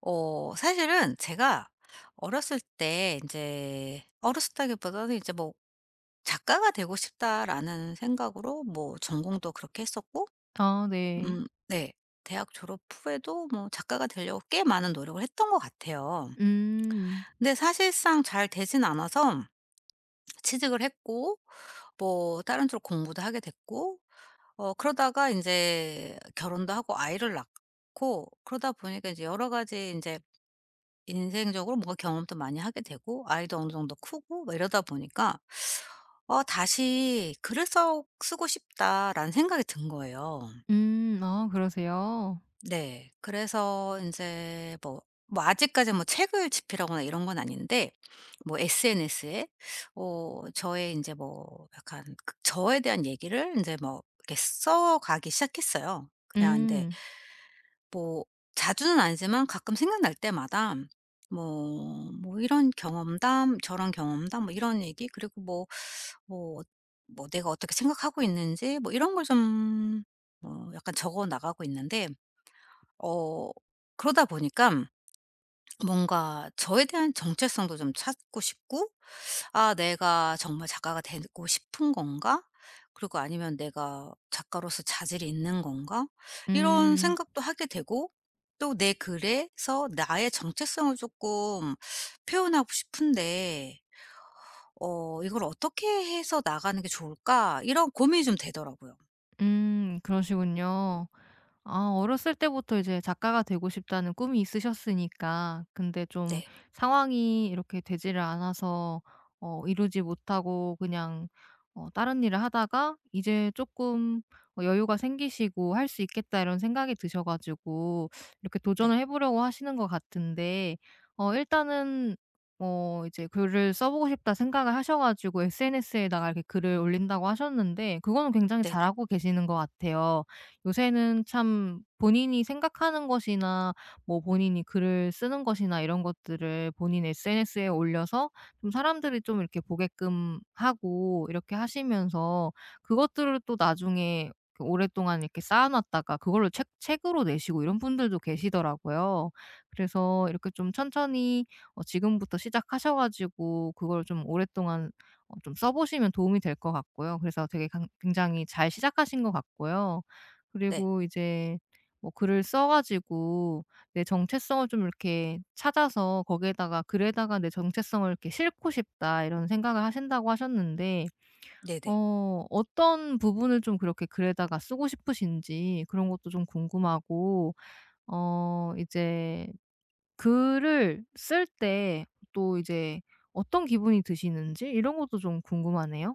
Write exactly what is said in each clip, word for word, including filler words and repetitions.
어 사실은 제가 어렸을 때 이제 어렸었다기보다는 이제 뭐 '작가가 되고 싶다.'라는 생각으로 뭐 전공도 그렇게 했었고. 아 네. 음, 네. 대학 졸업 후에도 뭐 작가가 되려고 꽤 많은 노력을 했던 것 같아요. 음. 근데 사실상 잘 되진 않아서 취직을 했고, 뭐 다른 쪽으로 공부도 하게 됐고, 어 그러다가 이제 결혼도 하고 아이를 낳고 그러다 보니까 이제 여러 가지, 이제 인생적으로 뭔가 경험도 많이 하게 되고, 아이도 어느 정도 크고 막 이러다 보니까, 어 다시 '글을 써 쓰고 싶다.'라는 생각이 든 거예요. 음. 아 그러세요? 네. 그래서 인제 뭐 뭐 아직까지 뭐 책을 집필하거나 이런 건 아닌데, 뭐 에스엔에스에 어 저의 인제 뭐 약간 그 저에 대한 얘기를 인제 뭐 이렇게 써가기 시작했어요. 그냥, 근데 음. 뭐 자주는 아니지만 가끔 생각날 때마다 뭐 뭐 이런 경험담, 저런 경험담, 뭐 이런 얘기, 그리고 뭐 뭐 뭐 내가 어떻게 생각하고 있는지, 뭐 이런 걸 좀 뭐 약간 적어 나가고 있는데, 어 그러다 보니까 뭔가 저에 대한 정체성도 좀 찾고 싶고, '아, 내가 정말 작가가 되고 싶은 건가? 그리고 아니면 내가 작가로서 자질이 있는 건가?' 이런 음. 생각도 하게 되고, 또 내 글에서 나의 정체성을 쪼끔 표현하고 싶은데, 어 '이걸 어떻게 해서 나가는 게 좋을까?' 이런 고민이 좀 되더라고요. 음. 그러시군요. 아 어렸을 때부터 이제 작가가 되고 싶다는 꿈이 있으셨으니까, 근데 좀 네. 상황이 이렇게 되지를 않아서 어 이루지 못하고 그냥 어 다른 일을 하다가 이제 조금 어 여유가 생기시고 '할 수 있겠다.' 이런 생각이 드셔 가지고 이렇게 네. 도전을 해 보려고 하시는 것 같은데, 어 일단은 어 이제 '글을 써 보고 싶다.' 생각을 하셔 가지고 에스엔에스에다가 이렇게 글을 올린다고 하셨는데, 그거는 굉장히 네네. 잘하고 계시는 것 같아요. 요새는 참 본인이 생각하는 것이나 뭐 본인이 글을 쓰는 것이나 이런 것들을 본인 에스엔에스에 올려서 좀 사람들이 좀 이렇게 보게끔 하고, 이렇게 하시면서 그것들을 또 나중에 그 오랫동안 이렇게 쌓아놨다가 그걸로 책 책으로 내시고, 이런 분들도 계시더라고요. 그래서 이렇게 좀 천천히 어 지금부터 시작하셔 가지고 그걸 좀 오랫동안 어 좀 써 보시면 도움이 될 것 같고요. 그래서 되게 강 굉장히 잘 시작하신 것 같고요. 네. 그리고 이제 뭐 글을 써 가지고 내 정체성을 좀 이렇게 찾아서 거기에다가 '글에다가 내 정체성을 이렇게 싣고 싶다.' 이런 생각을 하신다고 하셨는데, 네네. 어 어떤 부분을 좀 그렇게 글에다가 쓰고 싶으신지 그런 것도 좀 궁금하고, 어 이제 글을 쓸 때 또 이제 어떤 기분이 드시는지 이런 것도 좀 궁금하네요.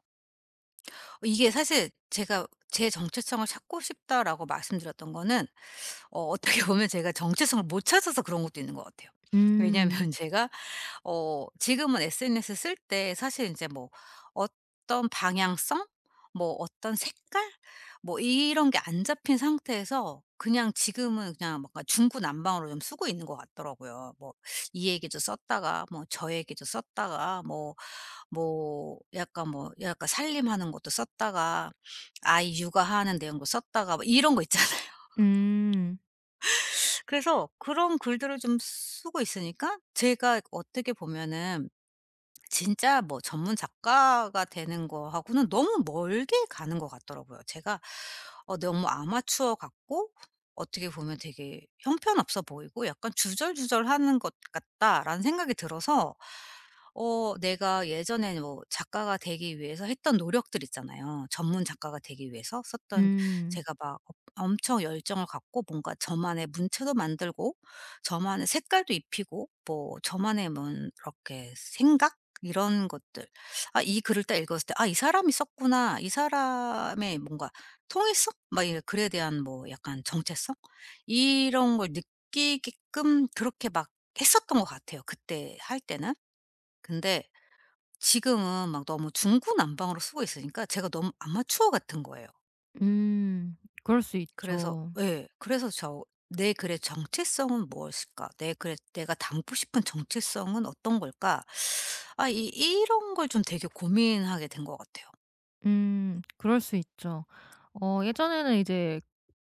이게 사실 제가 제 정체성을 찾고 싶다라고 말씀드렸던 거는, 어 어떻게 보면 제가 정체성을 못 찾아서 그런 것도 있는 것 같아요. 왜냐하면 음. 제가 어 지금은 에스엔에스 쓸 때 사실 이제 뭐 어떤 방향성, 뭐 어떤 색깔, 뭐 이런 게 안 잡힌 상태에서, 그냥 지금은 그냥 뭔가 중구난방으로 좀 쓰고 있는 것 같더라고요. 뭐 이 얘기도 썼다가 뭐 저 얘기도 썼다가 뭐 뭐 약간 뭐 약간 살림하는 것도 썼다가, 아이 육아하는 내용도 썼다가, 뭐 이런 거 있잖아요. 음. 그래서 그런 글들을 좀 쓰고 있으니까 제가 어떻게 보면은 진짜 뭐 전문 작가가 되는 거하고는 너무 멀게 가는 것 같더라고요. 제가 어 너무 아마추어 같고, 어떻게 보면 되게 형편없어 보이고, 약간 '주절주절하는 것 같다.'라는 생각이 들어서, 어 내가 예전에 뭐 작가가 되기 위해서 했던 노력들 있잖아요. 전문 작가가 되기 위해서 썼던, 음. 제가 막 엄청 열정을 갖고 뭔가 저만의 문체도 만들고, 저만의 색깔도 입히고, 뭐 저만의 뭐 이렇게 생각? 이런 것들. 아, 이 글을 딱 읽었을 때 '아, 이 사람이 썼구나. 이 사람의 뭔가 통일성?' 막 이 글에 대한 뭐 약간 정체성? 이런 걸 느끼게끔 그렇게 막 했었던 것 같아요, 그때 할 때는. 근데 지금은 막 너무 중구난방으로 쓰고 있으니까 제가 너무 아마추어 같은 거예요. 음. 그럴 수 그래서 있죠. 예. 그래서 저 '내 글의 정체성은 무엇일까? 내 글에 내가 담고 싶은 정체성은 어떤 걸까?' 아, 이 이런 걸 좀 되게 고민하게 된 것 같아요. 음. 그럴 수 있죠. 어 예전에는 이제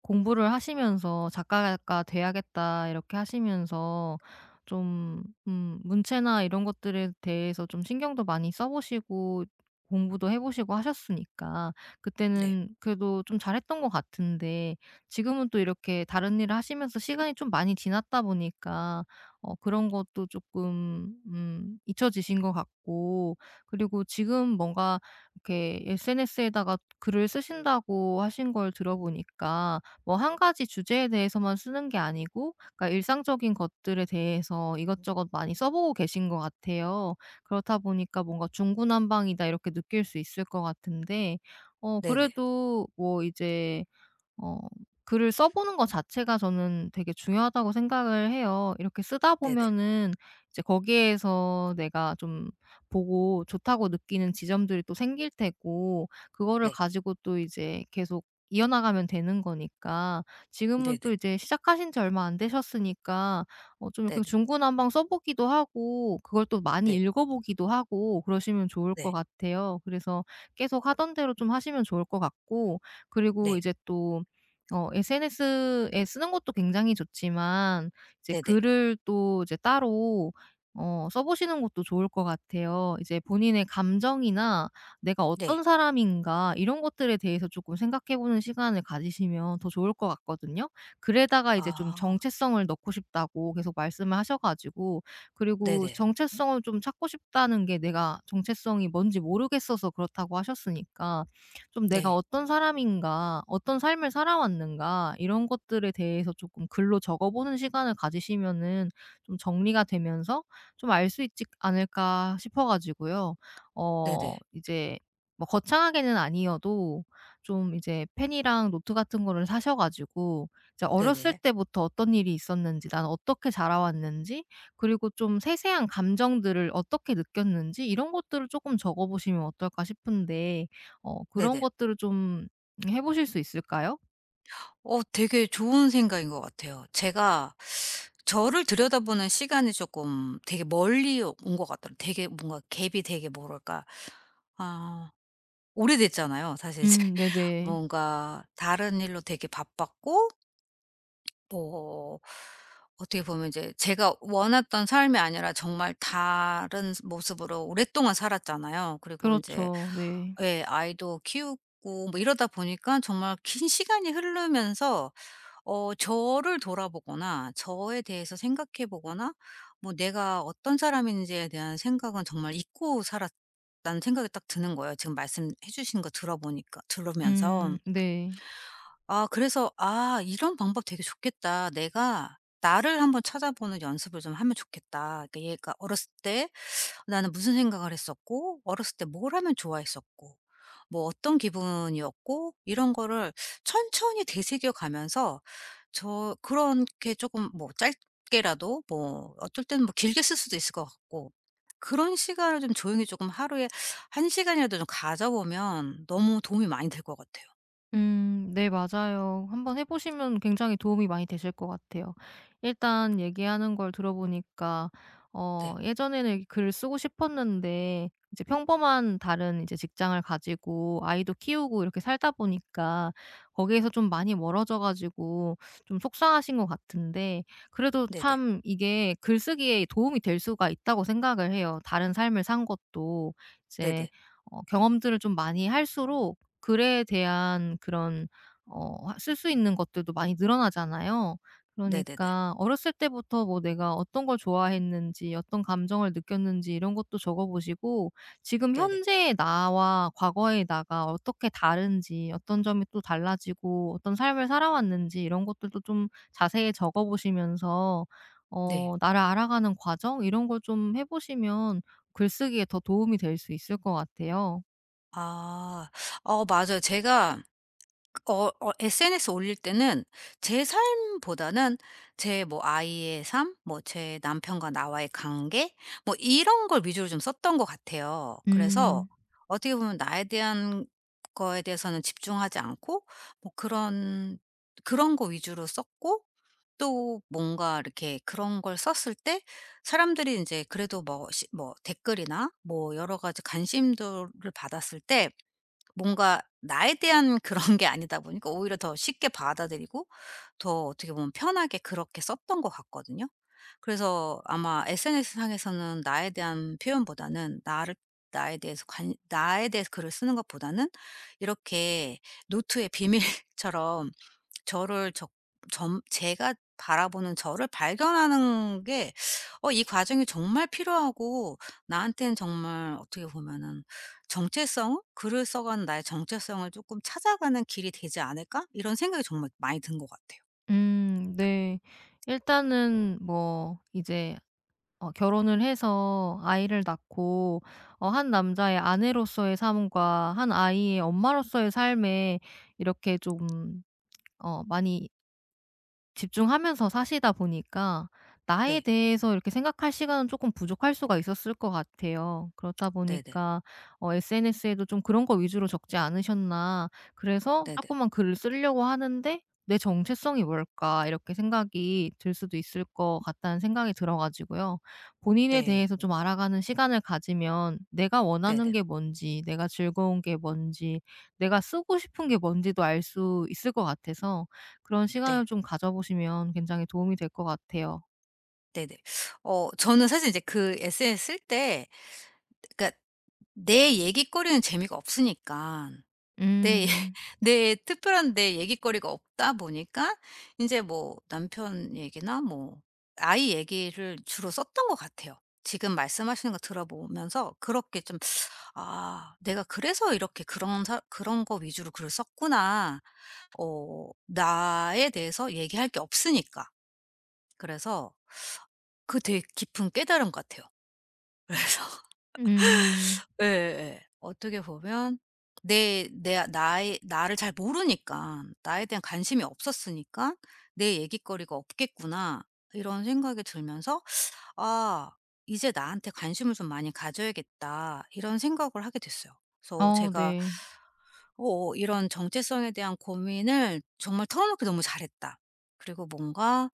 공부를 하시면서 '작가가 돼야겠다.' 이렇게 하시면서 좀 음 문체나 이런 것들에 대해서 좀 신경도 많이 써 보시고 공부도 해 보시고 하셨으니까, 네. 그때는 그래도 좀 잘했던 것 같은데, 지금은 또 이렇게 다른 일을 하시면서 시간이 좀 많이 지났다 보니까 어 그런 것도 조금 음 잊혀지신 것 같고, 그리고 지금 뭔가 이렇게 에스엔에스에다가 글을 쓰신다고 하신 걸 들어보니까 뭐 한 가지 주제에 대해서만 쓰는 게 아니고, 그러니까 일상적인 것들에 대해서 이것저것 많이 써 보고 계신 것 같아요. 그렇다 보니까 뭔가 '중구난방이다.' 이렇게 느낄 수 있을 것 같은데, 어 네네. 그래도 뭐 이제 어 글을 써 보는 것 자체가 저는 되게 중요하다고 생각을 해요. 이렇게 쓰다 네네. 보면은 이제 거기에서 내가 좀 보고 좋다고 느끼는 지점들이 또 생길 테고, 그거를 네. 가지고 또 이제 계속 이어나가면 되는 거니까. 지금은 또 네네. 이제 시작하신 지 얼마 안 되셨으니까 어 좀 이렇게 네네. 중구난방 써 보기도 하고, 그걸 또 많이 네. 읽어 보기도 하고 그러시면 좋을 것 네. 같아요. 그래서 계속 하던 대로 좀 하시면 좋을 것 같고, 그리고 네. 이제 또 어 에스엔에스에 쓰는 것도 굉장히 좋지만, 이제 네네. 글을 또 이제 따로 어 써 보시는 것도 좋을 것 같아요. 이제 본인의 감정이나 '내가 어떤 네. 사람인가.' 이런 것들에 대해서 조금 생각해 보는 시간을 가지시면 더 좋을 것 같거든요. 글에다가 이제 좀 아. 정체성을 넣고 싶다고 계속 말씀을 하셔 가지고, 그리고 네네. 정체성을 좀 찾고 싶다는 게 내가 정체성이 뭔지 모르겠어서 그렇다고 하셨으니까, 좀 '내가 네. 어떤 사람인가. 어떤 삶을 살아왔는가.' 이런 것들에 대해서 조금 글로 적어보는 시간을 가지시면은 좀 정리가 되면서 좀 알 수 있지 않을까 싶어 가지고요. 네네. 어 이제 뭐 거창하게는 아니어도 좀 이제 펜이랑 노트 같은 거를 사셔 가지고 이제 어렸을 네네. 때부터 어떤 일이 있었는지, 나는 어떻게 자라왔는지, 그리고 좀 세세한 감정들을 어떻게 느꼈는지, 이런 것들을 조금 적어보시면 어떨까 싶은데, 어 그런 네네. 것들을 좀 해 보실 수 있을까요? 어 되게 좋은 생각인 것 같아요. 제가 저를 들여다보는 시간이 조금 되게 멀리 온 것 같더라고요. 되게 뭔가 갭이 되게 뭐랄까, 아, 오래됐잖아요. 사실 이제 음 네네. 뭔가 다른 일로 되게 바빴고, 뭐 어떻게 보면 이제 제가 원했던 삶이 아니라 정말 다른 모습으로 오랫동안 살았잖아요. 그리고 이제 그렇죠. 네. 아이도 키우고 뭐 이러다 보니까 정말 긴 시간이 흐르면서, 어 저를 돌아보거나 저에 대해서 생각해 보거나, 뭐 내가 어떤 사람인지에 대한 생각은 정말 잊고 살았다는 생각이 딱 드는 거예요, 지금 말씀해 주신 거 들어보니까, 음 들으면서. 네. 아, 그래서 '아, 이런 방법 되게 좋겠다. 내가 나를 한번 찾아보는 연습을 좀 하면 좋겠다.' 그러니까 얘가 어렸을 때 나는 무슨 생각을 했었고, 어렸을 때 뭘 하면 좋아했었고, 뭐 어떤 기분이었고, 이런 거를 천천히 되새겨 가면서, 저 그렇게 조금 뭐 짧게라도, 뭐 어쩔 때는 뭐 길게 쓸 수도 있을 것 같고, 그런 시간을 좀 조용히 조금 하루에 한 시간이라도 좀 가져보면 너무 도움이 많이 될 것 같아요. 음 네, 맞아요. 한번 해 보시면 굉장히 도움이 많이 되실 것 같아요. 일단 얘기하는 걸 들어보니까 어 네. 예전에는 글을 쓰고 싶었는데, 이제 평범한 다른 이제 직장을 가지고 아이도 키우고 이렇게 살다 보니까 거기에서 좀 많이 멀어져 가지고 좀 속상하신 것 같은데, 그래도 네네. 참 이게 글쓰기에 도움이 될 수가 있다고 생각을 해요. 다른 삶을 산 것도 이제 네네. 어 경험들을 좀 많이 할수록 글에 대한 그런 어 쓸 수 있는 것들도 많이 늘어나잖아요. 네네네. 그러니까 어렸을 때부터 뭐 내가 어떤 걸 좋아했는지, 어떤 감정을 느꼈는지 이런 것도 적어 보시고, 지금 네네. 현재의 나와 과거의 나가 어떻게 다른지, 어떤 점이 또 달라지고, 어떤 삶을 살아왔는지 이런 것들도 좀 자세히 적어 보시면서 네. 어 나를 알아가는 과정, 이런 걸 좀 해 보시면 글쓰기에 더 도움이 될 수 있을 것 같아요. 아. 어 맞아요. 제가 어 어 에스엔에스 올릴 때는 제 삶보다는, 제 뭐 아이의 삶, 뭐 제 남편과 나와의 관계, 뭐 이런 걸 위주로 좀 썼던 것 같아요. 그래서 음. 어떻게 보면 나에 대한 거에 대해서는 집중하지 않고, 뭐 그런 그런 거 위주로 썼고, 또 뭔가 이렇게 그런 걸 썼을 때 사람들이 이제 그래도 뭐 시 뭐 댓글이나 뭐 여러 가지 관심도를 받았을 때, 뭔가 나에 대한 그런 게 아니다 보니까 오히려 더 쉽게 받아들이고, 더 어떻게 보면 편하게 그렇게 썼던 것 같거든요. 그래서 아마 에스엔에스 상에서는 나에 대한 표현보다는 나를 나에 대해서 관 나에 대해서 글을 쓰는 것보다는, 이렇게 노트의 비밀처럼 저를 적 점 제가 바라보는 저를 발견하는 게, 어 이 과정이 정말 필요하고, 나한테는 정말 어떻게 보면은 정체성은 '글을 써가는 나의 정체성을 조금 찾아가는 길이 되지 않을까?' 이런 생각이 정말 많이 든 것 같아요. 음 네. 일단은 뭐 이제 어 결혼을 해서 아이를 낳고, 어 한 남자의 아내로서의 삶과 한 아이의 엄마로서의 삶에 이렇게 좀 어 많이 집중하면서 사시다 보니까 나에 네. 대해서 이렇게 생각할 시간은 조금 부족할 수가 있었을 것 같아요. 그렇다 네네. 보니까 어 에스엔에스에도 좀 그런 거 위주로 적지 않으셨나. 그래서 네네. 자꾸만 글을 쓰려고 하는데 '내 정체성이 뭘까?' 이렇게 생각이 들 수도 있을 것 같다는 생각이 들어 가지고요. 본인에 네. 대해서 좀 알아가는 시간을 가지면 내가 원하는 네네. 게 뭔지, 내가 즐거운 게 뭔지, 내가 쓰고 싶은 게 뭔지도 알 수 있을 것 같아서 그런 시간을 네. 좀 가져 보시면 굉장히 도움이 될 것 같아요. 네네. 어 저는 사실 이제 그 에세이 쓸 때, 그러니까 내 얘기거리는 재미가 없으니까, 내 음. 내 특별한 내 얘기거리가 없다 보니까, 이제 뭐 남편 얘기나 뭐 아이 얘기를 주로 썼던 것 같아요. 지금 말씀하시는 거 들어보면서 그렇게 좀, 아. '내가 그래서 이렇게 그런 사 그런 거 위주로 글을 썼구나.' 어 나에 대해서 얘기할 게 없으니까. 그래서 그 되게 깊은 깨달음 같아요. 그래서 음. 예예예. 어떻게 보면 내 내 나의 나를 잘 모르니까, 나에 대한 관심이 없었으니까, '내 얘기거리가 없겠구나.' 이런 생각이 들면서, '아, 이제 나한테 관심을 좀 많이 가져야겠다.' 이런 생각을 하게 됐어요. 그래서 어 제가 네. 어 이런 정체성에 대한 고민을 정말 털어놓기 너무 잘했다. 그리고 뭔가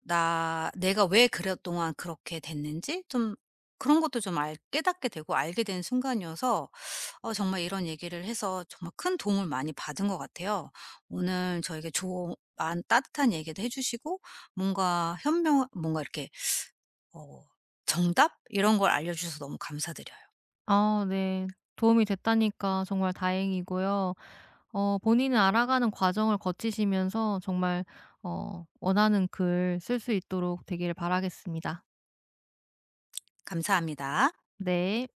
나 내가 왜 그랫동안 그렇게 됐는지 좀 그런 것도 좀 알 깨닫게 되고 알게 된 순간이어서, 어 정말 이런 얘기를 해서 정말 큰 도움을 많이 받은 것 같아요. 오늘 저에게 조언, 따뜻한 얘기도 해 주시고, 뭔가 현명 뭔가 이렇게 어 정답 이런 걸 알려주셔서 너무 감사드려요. 아 네. 도움이 됐다니까 정말 다행이고요. 어 본인을 알아가는 과정을 거치시면서 정말 어 원하는 글 쓸 수 있도록 되기를 바라겠습니다. 감사합니다. 네.